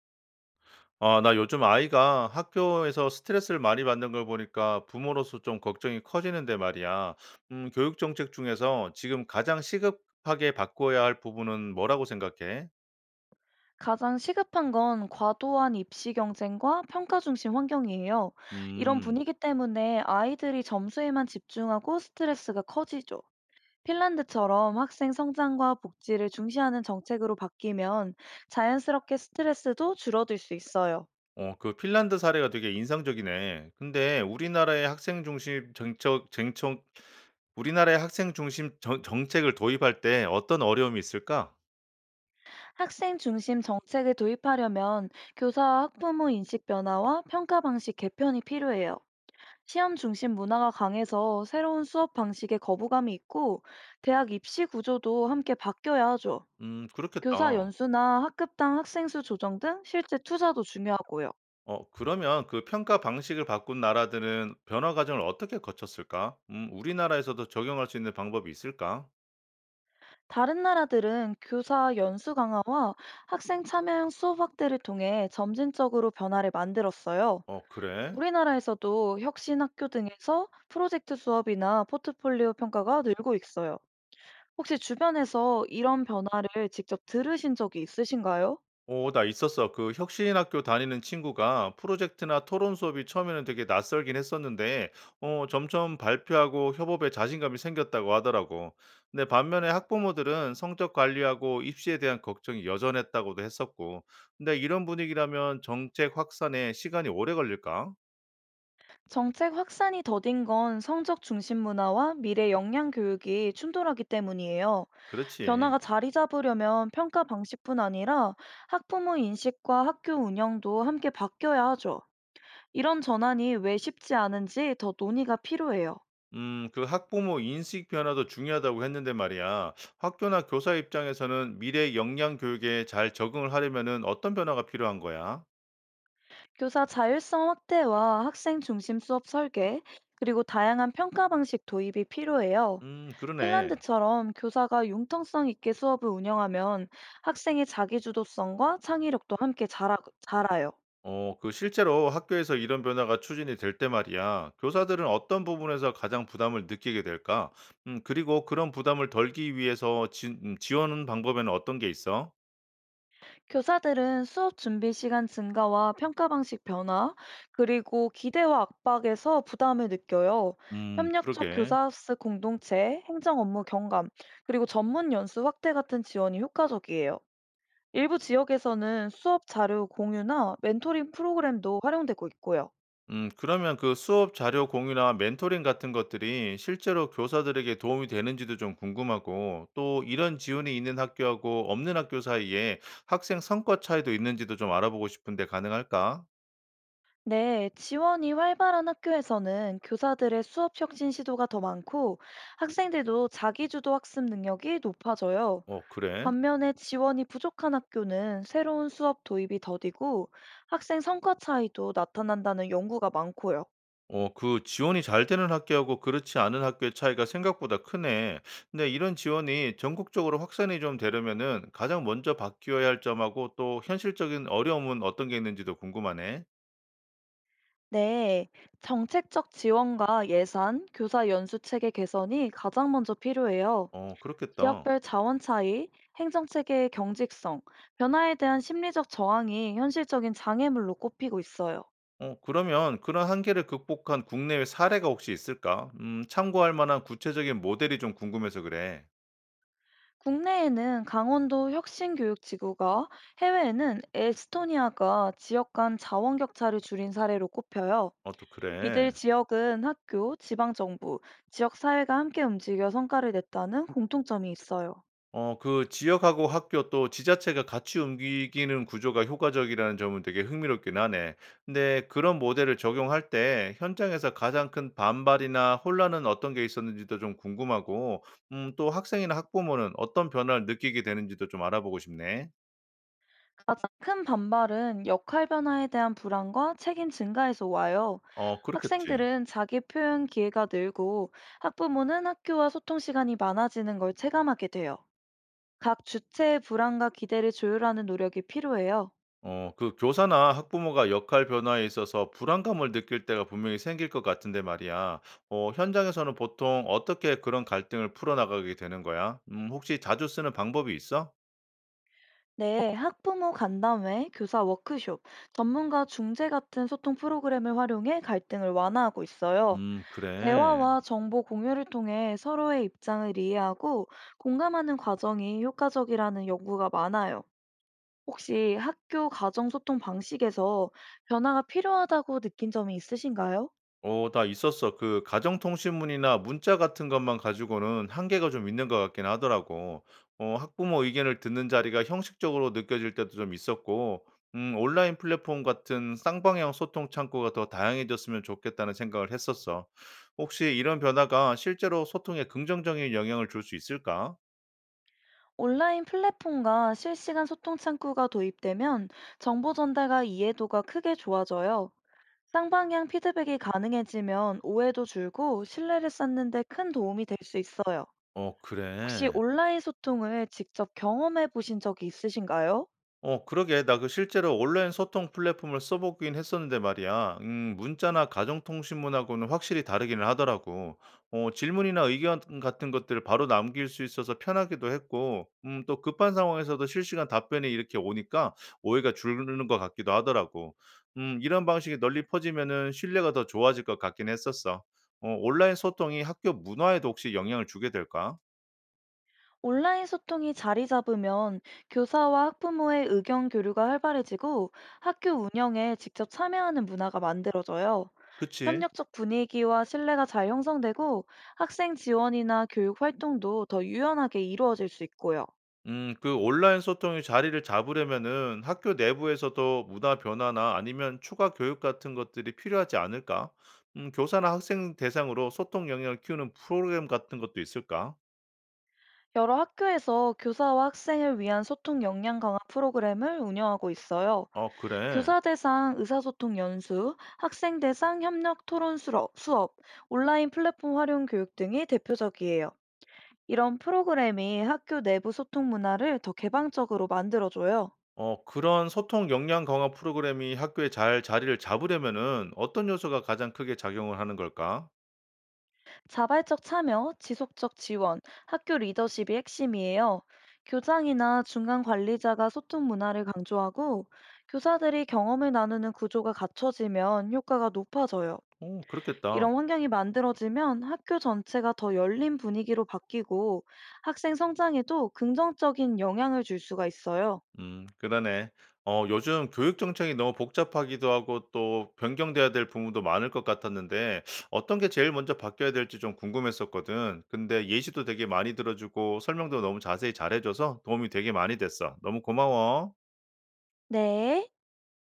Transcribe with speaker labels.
Speaker 1: 아, 나 요즘 아이가 학교에서 스트레스를 많이 받는 걸 보니까 부모로서 좀 걱정이 커지는데 말이야. 교육 정책 중에서 지금 가장 시급하게 바꿔야 할 부분은 뭐라고 생각해?
Speaker 2: 가장 시급한 건 과도한 입시 경쟁과 평가 중심 환경이에요. 이런
Speaker 1: 음.
Speaker 2: 분위기 때문에 아이들이 점수에만 집중하고 스트레스가 커지죠. 핀란드처럼 학생 성장과 복지를 중시하는 정책으로 바뀌면 자연스럽게 스트레스도 줄어들 수 있어요.
Speaker 1: 어, 그 핀란드 사례가 되게 인상적이네. 근데 우리나라의 학생 중심 정책, 정책, 우리나라의 학생 중심 정, 정책을 도입할 때 어떤 어려움이 있을까?
Speaker 2: 학생 중심 정책을 도입하려면 교사와 학부모 인식 변화와 평가 방식 개편이 필요해요. 시험 중심 문화가 강해서 새로운 수업 방식에 거부감이 있고 대학 입시 구조도 함께 바뀌어야 하죠. 교사
Speaker 1: 그렇겠다.
Speaker 2: 연수나 학급당 학생 수 조정 등 실제 투자도 중요하고요.
Speaker 1: 어, 그러면 그 평가 방식을 바꾼 나라들은 변화 과정을 어떻게 거쳤을까? 우리나라에서도 적용할 수 있는 방법이 있을까?
Speaker 2: 다른 나라들은 교사 연수 강화와 학생 참여형 수업 확대를 통해 점진적으로 변화를 만들었어요.
Speaker 1: 어, 그래?
Speaker 2: 우리나라에서도 혁신학교 등에서 프로젝트 수업이나 포트폴리오 평가가 늘고 있어요. 혹시 주변에서 이런 변화를 직접 들으신 적이 있으신가요?
Speaker 1: 어, 나 있었어. 그 혁신학교 다니는 친구가 프로젝트나 토론 수업이 처음에는 되게 낯설긴 했었는데 점점 발표하고 협업에 자신감이 생겼다고 하더라고. 근데 반면에 학부모들은 성적 관리하고 입시에 대한 걱정이 여전했다고도 했었고. 근데 이런 분위기라면 정책 확산에 시간이 오래 걸릴까?
Speaker 2: 정책 확산이 더딘 건 성적 중심 문화와 미래 역량 교육이 충돌하기 때문이에요.
Speaker 1: 그렇지.
Speaker 2: 변화가 자리 잡으려면 평가 방식뿐 아니라 학부모 인식과 학교 운영도 함께 바뀌어야 하죠. 이런 전환이 왜 쉽지 않은지 더 논의가 필요해요.
Speaker 1: 그 학부모 인식 변화도 중요하다고 했는데 말이야. 학교나 교사 입장에서는 미래 역량 교육에 잘 적응을 하려면은 어떤 변화가 필요한 거야?
Speaker 2: 교사 자율성 확대와 학생 중심 수업 설계, 그리고 다양한 평가 방식 도입이 필요해요.
Speaker 1: 그러네.
Speaker 2: 핀란드처럼 교사가 융통성 있게 수업을 운영하면 학생의 자기주도성과 창의력도 함께 자라요.
Speaker 1: 어, 그 실제로 학교에서 이런 변화가 추진이 될 때 말이야. 교사들은 어떤 부분에서 가장 부담을 느끼게 될까? 그리고 그런 부담을 덜기 위해서 지원하는 방법에는 어떤 게 있어?
Speaker 2: 교사들은 수업 준비 시간 증가와 평가 방식 변화, 그리고 기대와 압박에서 부담을 느껴요. 협력적
Speaker 1: 그러게.
Speaker 2: 교사학습 공동체, 행정 업무 경감, 그리고 전문 연수 확대 같은 지원이 효과적이에요. 일부 지역에서는 수업 자료 공유나 멘토링 프로그램도 활용되고 있고요.
Speaker 1: 그러면 그 수업 자료 공유나 멘토링 같은 것들이 실제로 교사들에게 도움이 되는지도 좀 궁금하고, 또 이런 지원이 있는 학교하고 없는 학교 사이에 학생 성과 차이도 있는지도 좀 알아보고 싶은데 가능할까?
Speaker 2: 네, 지원이 활발한 학교에서는 교사들의 수업 혁신 시도가 더 많고 학생들도 자기주도 학습 능력이 높아져요.
Speaker 1: 어, 그래?
Speaker 2: 반면에 지원이 부족한 학교는 새로운 수업 도입이 더디고 학생 성과 차이도 나타난다는 연구가 많고요.
Speaker 1: 어, 그 지원이 잘 되는 학교하고 그렇지 않은 학교의 차이가 생각보다 크네. 근데 이런 지원이 전국적으로 확산이 좀 되려면은 가장 먼저 바뀌어야 할 점하고 또 현실적인 어려움은 어떤 게 있는지도 궁금하네.
Speaker 2: 네, 정책적 지원과 예산, 교사 연수 체계 개선이 가장 먼저 필요해요.
Speaker 1: 어, 그렇겠다.
Speaker 2: 지역별 자원 차이, 행정 체계의 경직성, 변화에 대한 심리적 저항이 현실적인 장애물로 꼽히고 있어요.
Speaker 1: 어, 그러면 그런 한계를 극복한 국내외 사례가 혹시 있을까? 참고할 만한 구체적인 모델이 좀 궁금해서 그래.
Speaker 2: 국내에는 강원도 혁신교육지구가, 해외에는 에스토니아가 지역 간 자원 격차를 줄인 사례로 꼽혀요.
Speaker 1: 어, 또 그래.
Speaker 2: 이들 지역은 학교, 지방정부, 지역사회가 함께 움직여 성과를 냈다는 공통점이 있어요.
Speaker 1: 어, 그 지역하고 학교 또 지자체가 같이 움직이는 구조가 효과적이라는 점은 되게 흥미롭긴 하네. 근데 그런 모델을 적용할 때 현장에서 가장 큰 반발이나 혼란은 어떤 게 있었는지도 좀 궁금하고 또 학생이나 학부모는 어떤 변화를 느끼게 되는지도 좀 알아보고 싶네.
Speaker 2: 가장 큰 반발은 역할 변화에 대한 불안과 책임 증가에서 와요.
Speaker 1: 어, 그렇겠지.
Speaker 2: 학생들은 자기 표현 기회가 늘고 학부모는 학교와 소통 시간이 많아지는 걸 체감하게 돼요. 각 주체의 불안과 기대를 조율하는 노력이 필요해요.
Speaker 1: 어, 그 교사나 학부모가 역할 변화에 있어서 불안감을 느낄 때가 분명히 생길 것 같은데 말이야. 어, 현장에서는 보통 어떻게 그런 갈등을 풀어나가게 되는 거야? 혹시 자주 쓰는 방법이 있어?
Speaker 2: 네, 학부모 간담회, 교사 워크숍, 전문가 중재 같은 소통 프로그램을 활용해 갈등을 완화하고 있어요.
Speaker 1: 그래.
Speaker 2: 대화와 정보 공유를 통해 서로의 입장을 이해하고 공감하는 과정이 효과적이라는 연구가 많아요. 혹시 학교 가정 소통 방식에서 변화가 필요하다고 느낀 점이 있으신가요?
Speaker 1: 어, 나 있었어. 그 가정통신문이나 문자 같은 것만 가지고는 한계가 좀 있는 것 같긴 하더라고. 학부모 의견을 듣는 자리가 형식적으로 느껴질 때도 좀 있었고 온라인 플랫폼 같은 쌍방향 소통 창구가 더 다양해졌으면 좋겠다는 생각을 했었어. 혹시 이런 변화가 실제로 소통에 긍정적인 영향을 줄 수 있을까?
Speaker 2: 온라인 플랫폼과 실시간 소통 창구가 도입되면 정보 전달과 이해도가 크게 좋아져요. 쌍방향 피드백이 가능해지면 오해도 줄고 신뢰를 쌓는 데 큰 도움이 될 수 있어요.
Speaker 1: 어,
Speaker 2: 혹시
Speaker 1: 그래.
Speaker 2: 온라인 소통을 직접 경험해 보신 적이 있으신가요?
Speaker 1: 어, 그러게. 나 그 실제로 온라인 소통 플랫폼을 써보긴 했었는데 말이야. 문자나 가정통신문하고는 확실히 다르기는 하더라고. 어, 질문이나 의견 같은 것들을 바로 남길 수 있어서 편하기도 했고, 또 급한 상황에서도 실시간 답변이 이렇게 오니까 오해가 줄는 것 같기도 하더라고. 이런 방식이 널리 퍼지면은 신뢰가 더 좋아질 것 같긴 했었어. 어, 온라인 소통이 학교 문화에도 혹시 영향을 주게 될까?
Speaker 2: 온라인 소통이 자리 잡으면 교사와 학부모의 의견 교류가 활발해지고 학교 운영에 직접 참여하는 문화가 만들어져요.
Speaker 1: 그치?
Speaker 2: 협력적 분위기와 신뢰가 잘 형성되고 학생 지원이나 교육 활동도 더 유연하게 이루어질 수 있고요.
Speaker 1: 그 온라인 소통이 자리를 잡으려면은 학교 내부에서도 문화 변화나 아니면 추가 교육 같은 것들이 필요하지 않을까? 교사나 학생 대상으로 소통 역량을 키우는 프로그램 같은 것도 있을까?
Speaker 2: 여러 학교에서 교사와 학생을 위한 소통 역량 강화 프로그램을 운영하고 있어요.
Speaker 1: 어, 그래.
Speaker 2: 교사 대상 의사소통 연수, 학생 대상 협력 토론 수업, 온라인 플랫폼 활용 교육 등이 대표적이에요. 이런 프로그램이 학교 내부 소통 문화를 더 개방적으로 만들어줘요.
Speaker 1: 어, 그런 소통 역량 강화 프로그램이 학교에 잘 자리를 잡으려면은 어떤 요소가 가장 크게 작용을 하는 걸까?
Speaker 2: 자발적 참여, 지속적 지원, 학교 리더십이 핵심이에요. 교장이나 중간 관리자가 소통 문화를 강조하고 교사들이 경험을 나누는 구조가 갖춰지면 효과가 높아져요.
Speaker 1: 오, 그렇겠다.
Speaker 2: 이런 환경이 만들어지면 학교 전체가 더 열린 분위기로 바뀌고 학생 성장에도 긍정적인 영향을 줄 수가 있어요.
Speaker 1: 음, 그러네. 어, 요즘 교육 정책이 너무 복잡하기도 하고 또 변경돼야 될 부분도 많을 것 같았는데 어떤 게 제일 먼저 바뀌어야 될지 좀 궁금했었거든. 근데 예시도 되게 많이 들어주고 설명도 너무 자세히 잘해줘서 도움이 되게 많이 됐어. 너무 고마워.
Speaker 2: 네.